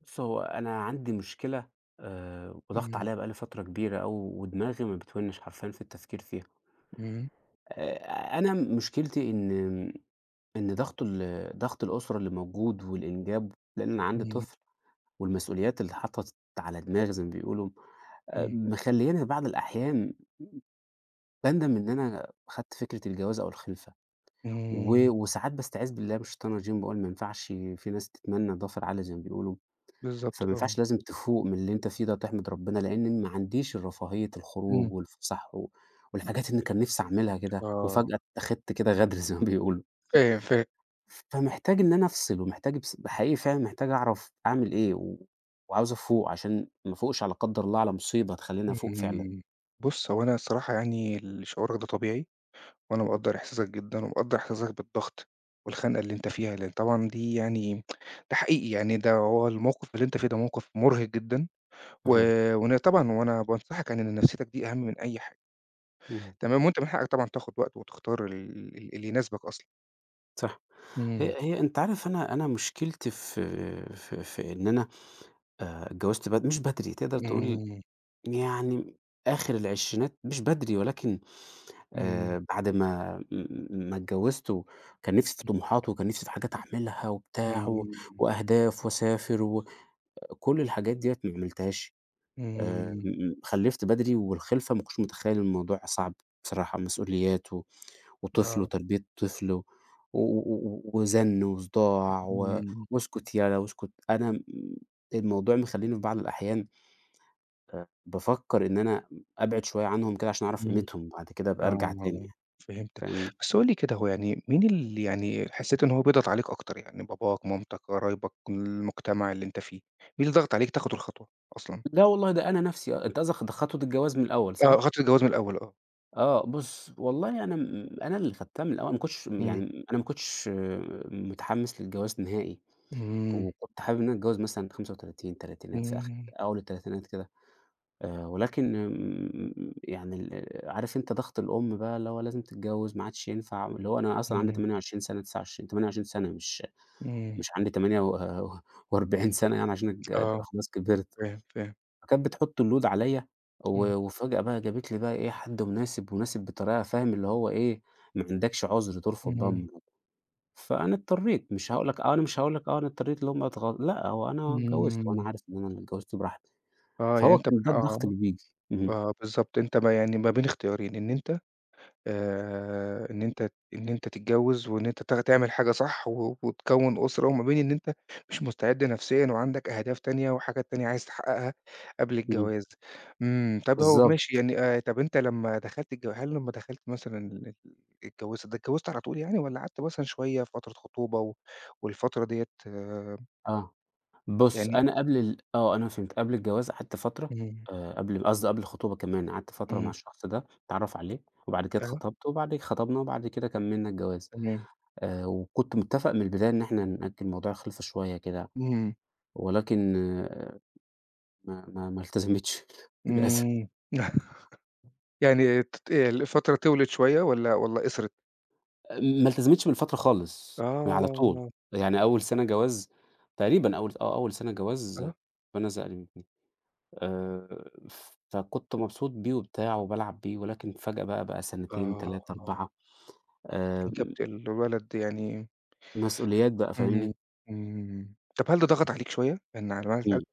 بُص، هو أنا عندي مشكلة وضاغطة إمم. عليّا بقى لي فترة كبيرة أوي ودماغي ما بتونِّش حرفيًا في التفكير فيها. إمم. أنا مشكلتي إن ضغط الأسرة اللي موجود والإنجاب لإن أنا عندي إمم. طفل والمسؤوليات اللي اتحطّت على دماغي زي ما بيقولوا، إمم. مخلّياني في بعض الأحيان باندم إن أنا خدت فكرة الجواز أو الخلفة. إمم. وساعات باستعيذ بالله من الشيطان الرجيم باقول ما ينفعش في ناس تتمنّى ضفر عالي زي ما بيقولوا. بالضبط، فما آه. ينفعش لازم تفوق من اللي أنت فيه ده تحمد ربنا، لإن ما عنديش الرفاهية الخروج إمم. والفسح والحاجات اللي كان نفسي أعملها كده، آه، وفجأة اتّخدت كده غدر زي ما بيقولوا. فاهم، فاهم. فمحتاج إن أنا أفصل، ومحتاج بص حقيقي فعلًا محتاج أعرف أعمل إيه، وعاوز أفوق عشان ما أفوقش لا قدّر الله على مصيبة تخلّيني أفوق فعلًا. إمم. بُص، هو أنا الصراحة يعني شعورك ده طبيعي، وأنا إمم. مقدّر إحساسك جدًا، ومقدّر إحساسك بالضغط والخنقة اللي أنت فيها، لإن طبعًا دي يعني ده حقيقي، يعني ده هو الموقف اللي أنت فيه ده موقف مُرهق جدًا. و صحيح. وأنا طبعًا وأنا بانصحك يعني إن نفسيتك دي أهم من أي حاجة. إمم. تمام، وأنت من حقك طبعًا تاخد وقت وتختار ال ال اللي يناسبك أصلًا. صح. هي إمم. هي أنت عارف أنا مشكلتي في في إن أنا اتجوزت مش بدري، تقدر تقول إمم. يعني آخر العشرينات مش بدري ولكن إمم. بعد ما اتجوّزت وكان نِفْسي في طموحات وكان نِفْسي في حاجات أعملها وبتاع إمم. وأهداف وأسافر وكل الحاجات ديّة ما عملتهاش م إمم. م خلِّفت بدري والخِلفة ما كنتش متخيّل الموضوع صعب بصراحة، مسؤوليات وطفل آه. وتربية طفل و وزَن وصداع إمم. واسكت يالا واسكت، أنا م الموضوع مخلّيني في بعض الأحيان بافكّر إن أنا أبعد شوية عنهم كده عشان أعرف إمم. قيمتهم، بعد كده أبقى أرجع تاني آه، يعني، فهمتك. فاهمني؟ بس قُل لي كده، هو يعني مين اللي يعني حسّيت إن هو بيضغط عليك أكتر؟ يعني باباك، مامتك، قرايبك، المجتمع اللي أنت فيه؟ مين اللي ضغط عليك تاخد الخطوة أصلًا؟ لا والله ده أنا نَفْسي آه، أنت قصدك خطوة الجواز من الأول آه، صح؟ خطوة الجواز من الأول، آه. آه، بُص والله أنا اللي خدتها من الأول، ما كنتش إمم. يعني أنا ما كنتش آه، متحمّس للجواز نهائي، إمم. وكنت حابب إن أنا أتجوّز مثلًا 35، تلاتينات في إمم. أول التلاتينات كده. ولكن يعني عارف أنت ضغط الأم بقى اللي هو لازم تتجوّز، ما عادش ينفع اللي هو أنا أصلًا عندي إمم. 28 سَنة، 29 28 سَنة إمم. مش عندي تمانية و و40 سَنة يعني عشان أتج أبقى آه، خلاص كبرت. فاهم، فاهم. فكانت بتحُط اللود عليّا إمم. وفجأة بقى جابت لي بقى إيه، حد مناسب، مناسب بطريقة فاهم اللي هو إيه، ما عندكش عُذر ترفض بقى إمم. المرا فأنا اضطريت، مش هاقول لك آه، أنا مش هاقول لك آه، أنا اضطريت اللي هم اتغ لأ، هو أنا اتجوّزت وأنا إمم. عارف إن أنا اللي اتجوّزت براحتي. آه، يعني فهو أنت ب كان ده الضغط آه، اللي بييجي. اهم. آه بالضبط. أنت ما يعني ما بين اختيارين، إن أنت إن أنت إن أنت تتجوّز وإن أنت تعمل حاجة صح وتكوّن أسرة، وما بين إن أنت مش مستعد نفسيًا وعندك أهداف تانية وحاجات تانية عايز تحققها قبل اهم. الجواز. إمم. طَب هو ماشي بالضبط، يعني، طَب أنت لمّا دخلت الج هل لمّا دخلت مثلًا اتجوّزت ده اتجوّزت على طول يعني، والّا قعدت مثلًا شوية في فترة خطوبة والفترة ديّة آه. بُص، يعني. أنا فهمت، قبل الجواز قعدت فترة إمم. قبل قبل الخطوبة كمان قعدت فترة مع إمم. الشخص ده، اتعرّف عليه وبعد كده أيوه. اتخطبت وبعد كده خطبنا وبعد كده كمّلنا الجواز. تمام. وكنت متّفق من البداية إن إحنا نأجّل موضوع الخلفة شوية كده، إمم. ولكن آه ما ما ما التزمتش للأسف. إمم. يعني ت ت الفترة طوِلت شوية والّا والّا قصرت؟ ما التزمتش من فترة خالص، على طول. آه. يعني أول سَنة جواز تقريبًا أول سَنة جواز آه. ربنا زقني آآ، فكنت مبسوط بيه وبتاع وبالعب بيه، ولكن فجأة بقى سنتين، 3، آه، 4 آآ، أنت بت الولد يعني. مسؤوليات بقى إمم. فاهمني؟ إمم. طب هل ده ضغط عليك شوية؟ إن على مَعرِفة الأب، إمم،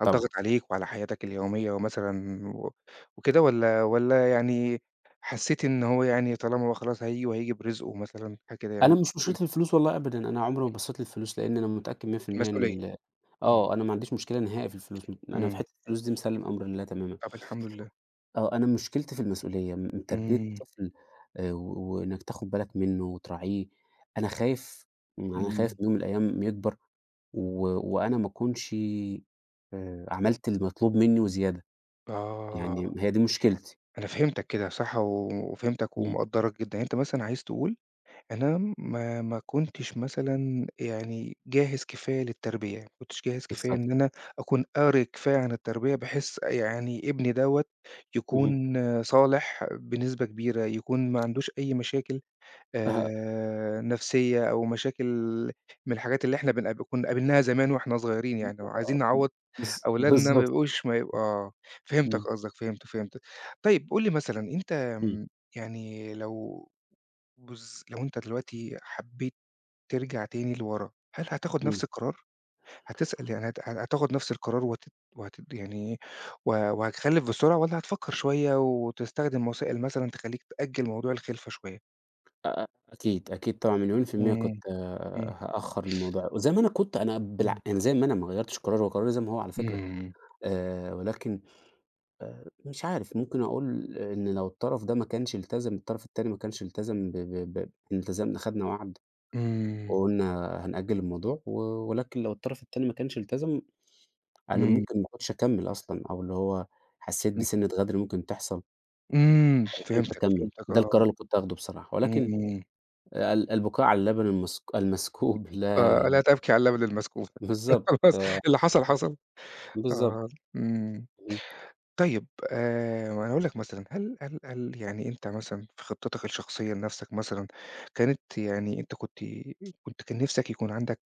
هل ضغط طبعًا. عليك وعلى حياتك اليومية ومثلًا وكده، والّا والّا يعني حسّيت إن هو يعني طالما هو خلاص هييجي وهييجي برزقه مثلًا، حاجة كده أنا يعني. مش إمم. مشكلتي الفلوس والله أبدًا، أنا عمري ما بصّيت للفلوس، لإن أنا متأكد 100% إن المسؤولية. إمم. آه، أنا ما عنديش مشكلة نهائي في الفلوس، أنا في إمم. حتّة الفلوس دي مسلِّم أمر لله تمامًا. طب الحمد لله. آه، أنا مشكلتي في المسؤولية، تربية إمم. طفل وإنّك تاخد بالك منّه وتراعيه، أنا خايف يعني أنا خايف إمم. إن يوم من الأيام يكبر و وأنا ما أكونش عملت المطلوب منّي وزيادة، آه، يعني هي دي مشكلتي. أنا فهمتك كده صح وفهمتك إمم، ومقدّرك جدًا. يعني أنت مثلًا عايز تقول أنا ما كنتش مثلًا يعني جاهز كفاية للتربية، ما كنتش جاهز كفاية بالضبط. إن أنا أكون قاري كفاية عن التربية، بحيث يعني ابني دوّة اهم. يكون صالح بنسبة كبيرة، يكون ما عندوش أي مشاكل آه، نفسية أو مشاكل من الحاجات اللي إحنا بنقاب كنا قابلناها زمان وإحنا صغيرين يعني، وعايزين نعوّض بالض أولادنا ما بالضبط. يبقوش ما يبقوا آه. فهمتك إمم، قصدك، فهمت، فهمت. طيب قُل لي مثلًا، أنت إمم، يعني لو بالض لو أنت دلوقتي حبّيت ترجع تاني لورا، هل هتاخد إمم. نفس القرار؟ هتسأل يعني هت هتاخد نفس القرار وهت يعني وهتخلِّف بسرعة، والّا هتفكّر شوية وتستخدم وسائل مثلًا تخلّيك تأجّل موضوع الخِلفة شوية؟ أ أ أكيد، أكيد طبعًا مليون في المِيّة كنت إمم. آه، إمم. هأخّر الموضوع، وزي ما أنا كنت أنا بالع إمم. يعني زي ما أنا ما غيّرتش قراري، هو قراري زي ما هو على فكرة، إمم. ولكن مش عارف ممكن أقول إن لو الطرف ده ما كانش التزم الطرف التاني ما كانش التزم ب ب ب إحنا التزمنا خدنا وعد إمم. وقُلنا هنأجّل الموضوع ولكن لو الطرف التاني ما كانش التزم، أنا إمم. ممكن ما كنتش أكمّل أصلًا، أو اللي هو حسّيت إمم. بسِنّة غدر ممكن تحصل إمم. فكنت فهمتك، هاكمّل، فهمتك، ده آه. القرار اللي كنت هاخده بصراحة، ولكن إمم. البكاء على اللبن المسكوب لا آه، لا ي تبكي على اللبن المسكوب. بالضبط، خلاص، آه، اللي حصل، حصل. بالضبط، آه. إمم. إمم، طيب، ما أنا هاقول لك مثلًا، هل يعني أنت مثلًا في خطتك الشخصية لنفسك مثلًا، كانت يعني أنت كنت كنت كان نِفْسك يكون عندك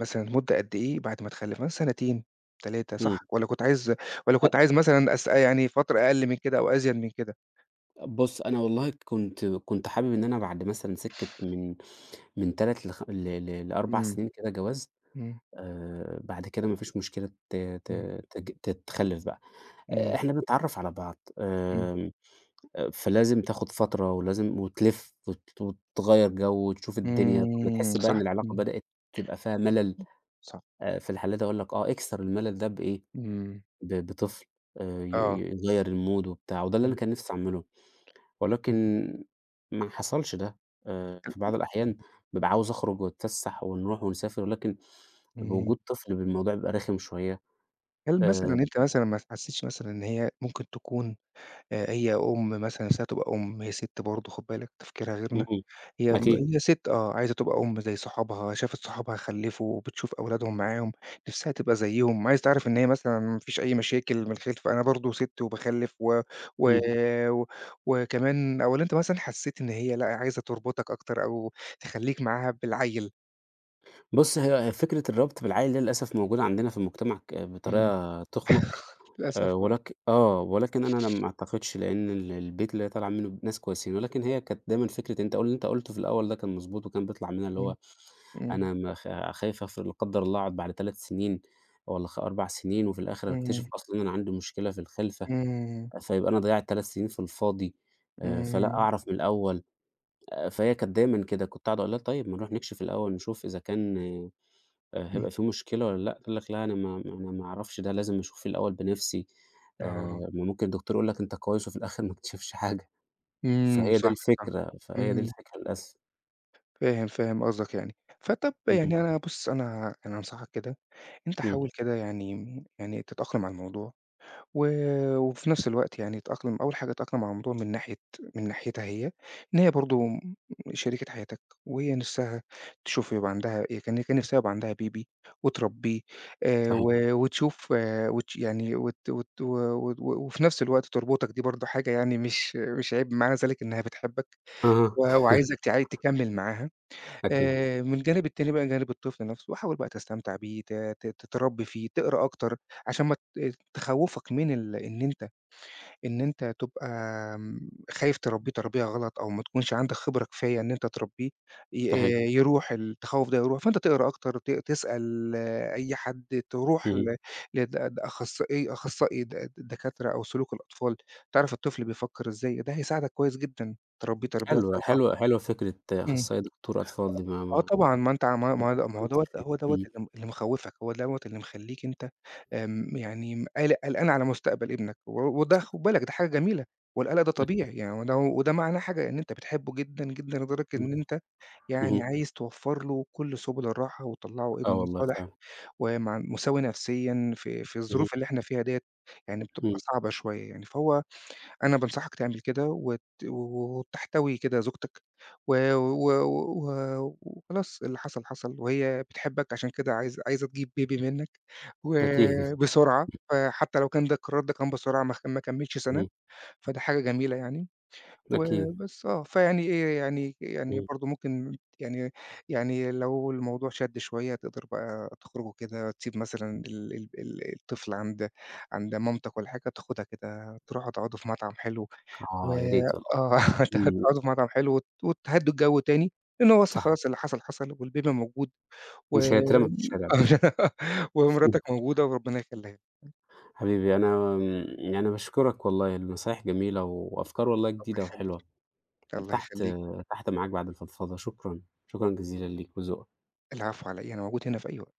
مثلًا مدة قد إيه بعد ما تخلِّف، مثلًا سنتين، 3، إمم، صح؟ والّا كنت عايز والّا أ كنت عايز مثلًا أس يعني فترة أقل من كده أو أزيد من كده؟ بُص أنا والله كنت حابب إن أنا بعد مثلًا سِكّة من 3 لخ ل ل ل4 إمم. سنين كده جواز، إمم. بعد كده ما فيش مشكلة ت ت إمم. تج تتخلّف بقى. إمم. إحنا بنتعرّف على بعض، إمم. فلازم تاخُد فترة ولازم وتلِف وتغيّر جو وتشوف الدنيا، لمّا إمم. تحس بقى صح. إن العلاقة إمم. بدأت تبقى فيها مَلَل، صح. في الحالة دي أقول لك آه، اكسر المَلَل ده بإيه، إمم. بطفل ي آه. ي يغيّر الmood وبتاع وده اللي أنا إمم. كان نِفْسي أعمله، ولكن إمم. ما حصلش ده، في بعض الأحيان إمم. بابقى عاوز أخرُج وأتفسّح ونروح ونسافر ولكن إمم. بوجود طفل الموضوع بيبقى رخم شوية، هل مثلًا آآ أنت مثلًا ما تحسّيتش مثلًا إن هي ممكن تكون هي أم مثلًا نفسها تبقى أم؟ هي ست برضه، خُد بالك تفكيرها غيرنا، إمم، هي م إمم. أكيد، هي ست، آه، عايزة تبقى أم زي صحابها، شافت صحابها خلّفوا وبتشوف أولادهم معاهم، نفسها تبقى زيّهم، عايزة تعرف إن هي مثلًا ما فيش أي مشاكل من الخِلفة، أنا برضه ست وباخلّف و إمم. و... وكمان، أو اللي أنت مثلًا حسّيت إن هي لأ، عايزة تربطك أكتر أو تخلّيك معاها بالعيّل. بُص، هي فكرة الربط بالعائل دي للأسف موجودة عندنا في المجتمع آه، إمم. بطريقة تُخنَق للأسف. ولك آه، ولكن أنا ما أعتقدش لإن البيت اللي هي طالعة منه ناس كويسين، ولكن هي كانت دايمًا فكرة أنت قُل اللي أنت قُلته في الأول ده كان مضبوط وكان بيطلع منها اللي إمم. هو إمم. أنا ما خ خايف أفرض لا قدّر الله أقعد بعد 3 سنين والّا 4 سنين وفي الآخر أكتشف إمم. أصلًا أنا عندي مشكلة في الخلفة، إمم. فيبقى أنا ضيّعت 3 سنين في الفاضي فلأ إمم. أعرف من الأول فهي كانت دايمًا كده، كنت أقعد أقول لها: "طيب ما نروح نكشف الأول نشوف إذا كان" إمم. هيبقى في مشكلة والّا لأ؟ قال لك: "لأ أنا ما ما أنا ما أعرفش ده لازم أشوف الأول بنفسي." آه. ما ممكن الدكتور يقول لك أنت كويس وفي الآخر ما اكتشفش حاجة، إمم. فهي دي صح، صح. الفكرة، فهي دي إمم. الفكرة للأسف. فاهم، فاهم قصدك يعني. فطَب اهم، يعني أنا بُص، أنا أنصحك كده. أنت إمم. إمم، حاول كده يعني م يعني تتأقلم على الموضوع، و وفي نفس الوقت يعني تتأقلم، أول حاجة تتأقلم على الموضوع من ناحية من ناحيتها هي، إن هي برضه م شريكة حياتك، وهي نِفْسها تشوف يبقى عندها، هي كان كان نِفْسها يبقى عندها بيبي وتربّيه، صحيح. و وتشوف وتش يعني وت وت و و وفي نفس الوقت تربطك، دي برضه حاجة يعني مش مش عيب، معنى ذلك إنها بتحبّك أها، وعايزك تعي تكمّل معاها. أكيد، من الجانب التاني بقى، جانب الطفل نَفْسه، حاول بقى تستمتع بيه، ت ت تتربّي فيه، تقرا أكتر عشان ما ت آه، تخوّفك من إن أنت إن أنت تبقى خايف تربّيه تربية غلط أو ما تكونش عندك خبرة كفاية إن أنت تربّيه ي صحيح، يروح التخوّف ده يروح، فأنت تقرا أكتر، تسأل، آه، أي حد، تروح اهم. ل لد أخصائي، أخصائي د د دكاترة أو سلوك الأطفال، تعرف الطفل بيفكّر إزاي، ده هيساعدك كويس جدًا تربّيه تربية حلوة، حلوة صالحة. حلوة فكرة إمم. أخصائي دكتور أطفال دي ما آه ما ما طبعًا، ما أنت ما ما هو ما هو فكرتش دوّة فيها. هو دوّة إمم، اللي م اللي مخوّفك، هو دوّة اللي مخلّيك أنت يعني قال قلقان على مستقبل ابنك، وده خُد بالك ده حاجة جميلة، والقلق ده أكيد، طبيعي يعني، وده معناه حاجة، إن أنت بتحبه جدًا، جدًا، لدرجة إمم، إن أنت يعني اهم. عايز توفّر له كل سُبل الراحة وتطلّعه آه ابن والله صالح فعلًا، ومع مساوي نفسيًا في في اهم، الظروف اللي إحنا فيها ديّة، يعني بتبقى إمم، صعبة شوية يعني، فهو أنا بانصحك تعمل كده وت و وتحتوي كده زوجتك وخلاص، و و و و- وخلاص اللي حصل حصل، وهي بتحبك عشان كده عايزة عايزة تجيب baby منّك أكيد، وبسرعة، فحتى لو كان ده القرار ده كان بسرعة ما خ ما كمّلش سَنة، اهم، فده حاجة جميلة يعني. أكيد، وبس، آه، فيعني إيه، يعني يعني إمم. برضه ممكن يعني يعني لو الموضوع شَد شوية، تقدر بقى تخرجوا كده، تسيب مثلًا ال ال ال الطفل عند عند مامتك والّا حاجة، تاخدها كده تروحوا تقعدوا في مطعم حلو و آه، يا ريت والله. آه، إمم، تقعدوا في مطعم حلو وتهدّوا الجو تاني، لإن هو أصلًا صح، خلاص اللي حصل حصل والبيبي موجود و مش هيترمى في الشارع ومراتك موجودة وربنا يخلّيها لك، حبيبي أنا آمم، يعني باشكرك والله، النصايح جميلة وأفكار والله الله جديدة يخلّيك، وحلوة، الله ارتحت يخلّيك، ارتحت معاك بعد الفضفضة، شكرًا، شكرًا جزيلًا ليك وذوقك. العفو على إيه، أنا موجود هنا في أي وقت.